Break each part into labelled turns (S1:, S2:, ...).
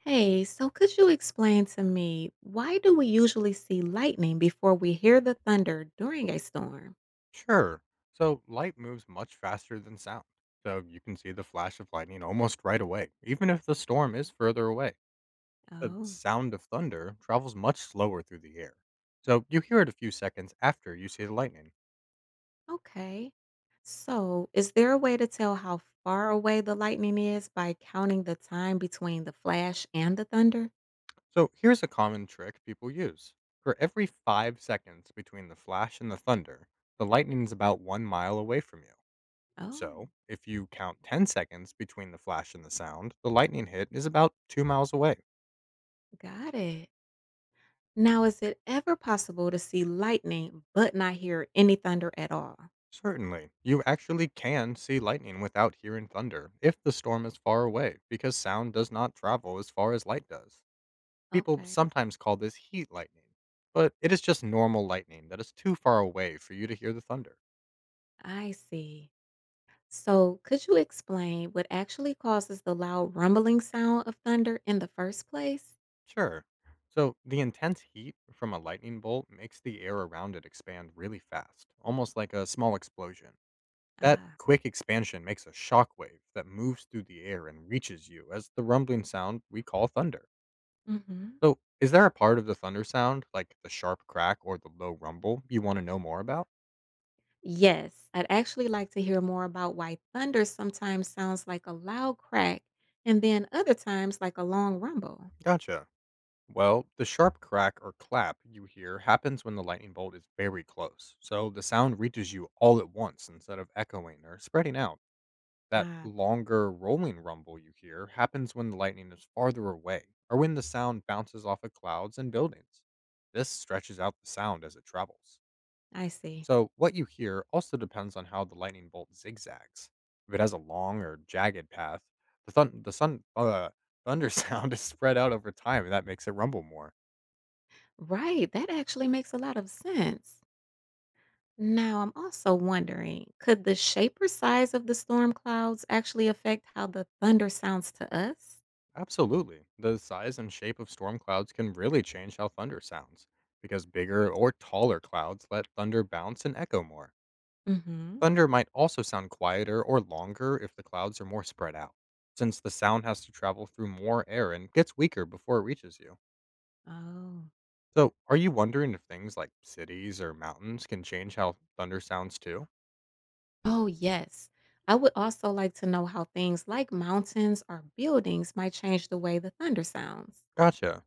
S1: Hey, so could you explain to me why do we usually see lightning before we hear the thunder during a storm?
S2: Sure. So light moves much faster than sound. So you can see the flash of lightning almost right away, even if the storm is further away. The
S1: Oh,
S2: sound of thunder travels much slower through the air. So you hear it a few seconds after you see the lightning.
S1: okay. So, is there a way to tell how far away the lightning is by counting the time between the flash and the thunder?
S2: So here's a common trick people use. For every 5 seconds between the flash and the thunder, the lightning is about 1 mile away from you.
S1: Oh,
S2: So if you count 10 seconds between the flash and the sound, the lightning hit is about 2 miles away.
S1: got it. Now, is it ever possible to see lightning but not hear any thunder at all?
S2: Certainly. You actually can see lightning without hearing thunder if the storm is far away because sound does not travel as far as light does. People
S1: Okay,
S2: sometimes call this heat lightning, but it is just normal lightning that is too far away for you to hear the thunder.
S1: I see. So, could you explain what actually causes the loud rumbling sound of thunder in the first place?
S2: Sure. So, the intense heat from a lightning bolt makes the air around it expand really fast, almost like a small explosion. That
S1: Ah,
S2: quick expansion makes a shock wave that moves through the air and reaches you as the rumbling sound we call thunder.
S1: hmm,
S2: So, is there a part of the thunder sound, like the sharp crack or the low rumble, you want to know more about?
S1: yes, I'd actually like to hear more about why thunder sometimes sounds like a loud crack and then other times like a long rumble.
S2: Gotcha. Well, the sharp crack or clap you hear happens when the lightning bolt is very close. So the sound reaches you all at once instead of echoing or spreading out. That
S1: Ah,
S2: longer rolling rumble you hear happens when the lightning is farther away or when the sound bounces off of clouds and buildings. This stretches out the sound as it travels.
S1: I see.
S2: So, what you hear also depends on how the lightning bolt zigzags. If it has a long or jagged path, the, thun- the sun, thunder sound is spread out over time, and that makes it rumble more.
S1: Right, that actually makes a lot of sense. Now, I'm also wondering, could the shape or size of the storm clouds actually affect how the thunder sounds to us?
S2: Absolutely. The size and shape of storm clouds can really change how thunder sounds, because bigger or taller clouds let thunder bounce and echo more.
S1: Hmm.
S2: Thunder might also sound quieter or longer if the clouds are more spread out, since the sound has to travel through more air and gets weaker before it reaches you.
S1: Oh.
S2: So, are you wondering if things like cities or mountains can change how thunder sounds too?
S1: Oh, yes. I would also like to know how things like mountains or buildings might change the way the thunder sounds.
S2: Gotcha.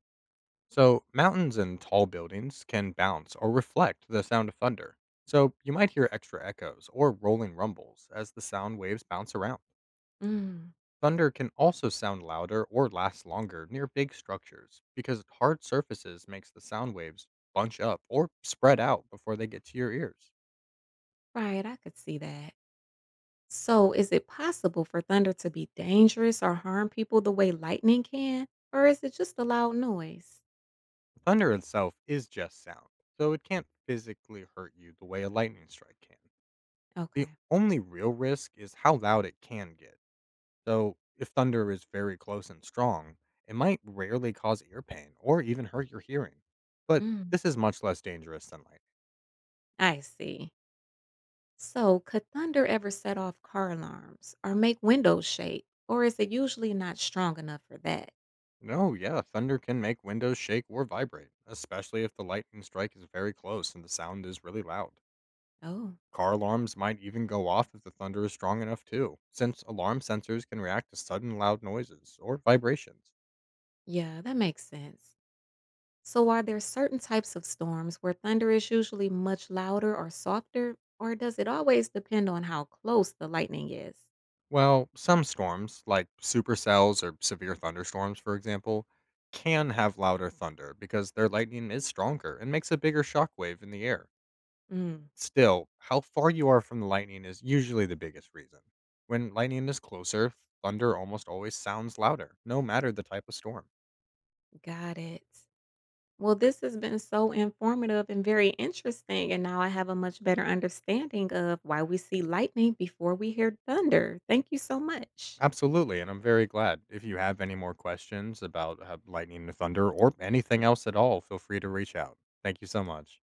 S2: So, mountains and tall buildings can bounce or reflect the sound of thunder. So, you might hear extra echoes or rolling rumbles as the sound waves bounce around.
S1: Mm,
S2: Thunder can also sound louder or last longer near big structures because hard surfaces makes the sound waves bunch up or spread out before they get to your ears.
S1: right, I could see that. So, is it possible for thunder to be dangerous or harm people the way lightning can? Or is it just a loud noise?
S2: Thunder itself is just sound, so it can't physically hurt you the way a lightning strike can. The
S1: Okay.
S2: only real risk is how loud it can get. So, if thunder is very close and strong, it might rarely cause ear pain or even hurt your hearing. But
S1: Mm,
S2: this is much less dangerous than lightning.
S1: I see. So, could thunder ever set off car alarms or make windows shake? Or is it usually not strong enough for that?
S2: No, yeah, thunder can make windows shake or vibrate, especially if the lightning strike is very close and the sound is really loud.
S1: Oh,
S2: Car alarms might even go off if the thunder is strong enough, too, since alarm sensors can react to sudden loud noises or vibrations.
S1: yeah, that makes sense. So, are there certain types of storms where thunder is usually much louder or softer, or does it always depend on how close the lightning is?
S2: Well, some storms, like supercells or severe thunderstorms, for example, can have louder thunder because their lightning is stronger and makes a bigger shockwave in the air.
S1: Mm,
S2: Still, how far you are from the lightning is usually the biggest reason. When lightning is closer, thunder almost always sounds louder, no matter the type of storm.
S1: got it. Well, this has been so informative and very interesting. And now I have a much better understanding of why we see lightning before we hear thunder. Thank you so much.
S2: Absolutely, and I'm very glad. If you have any more questions about lightning and thunder or anything else at all, feel free to reach out. Thank you so much.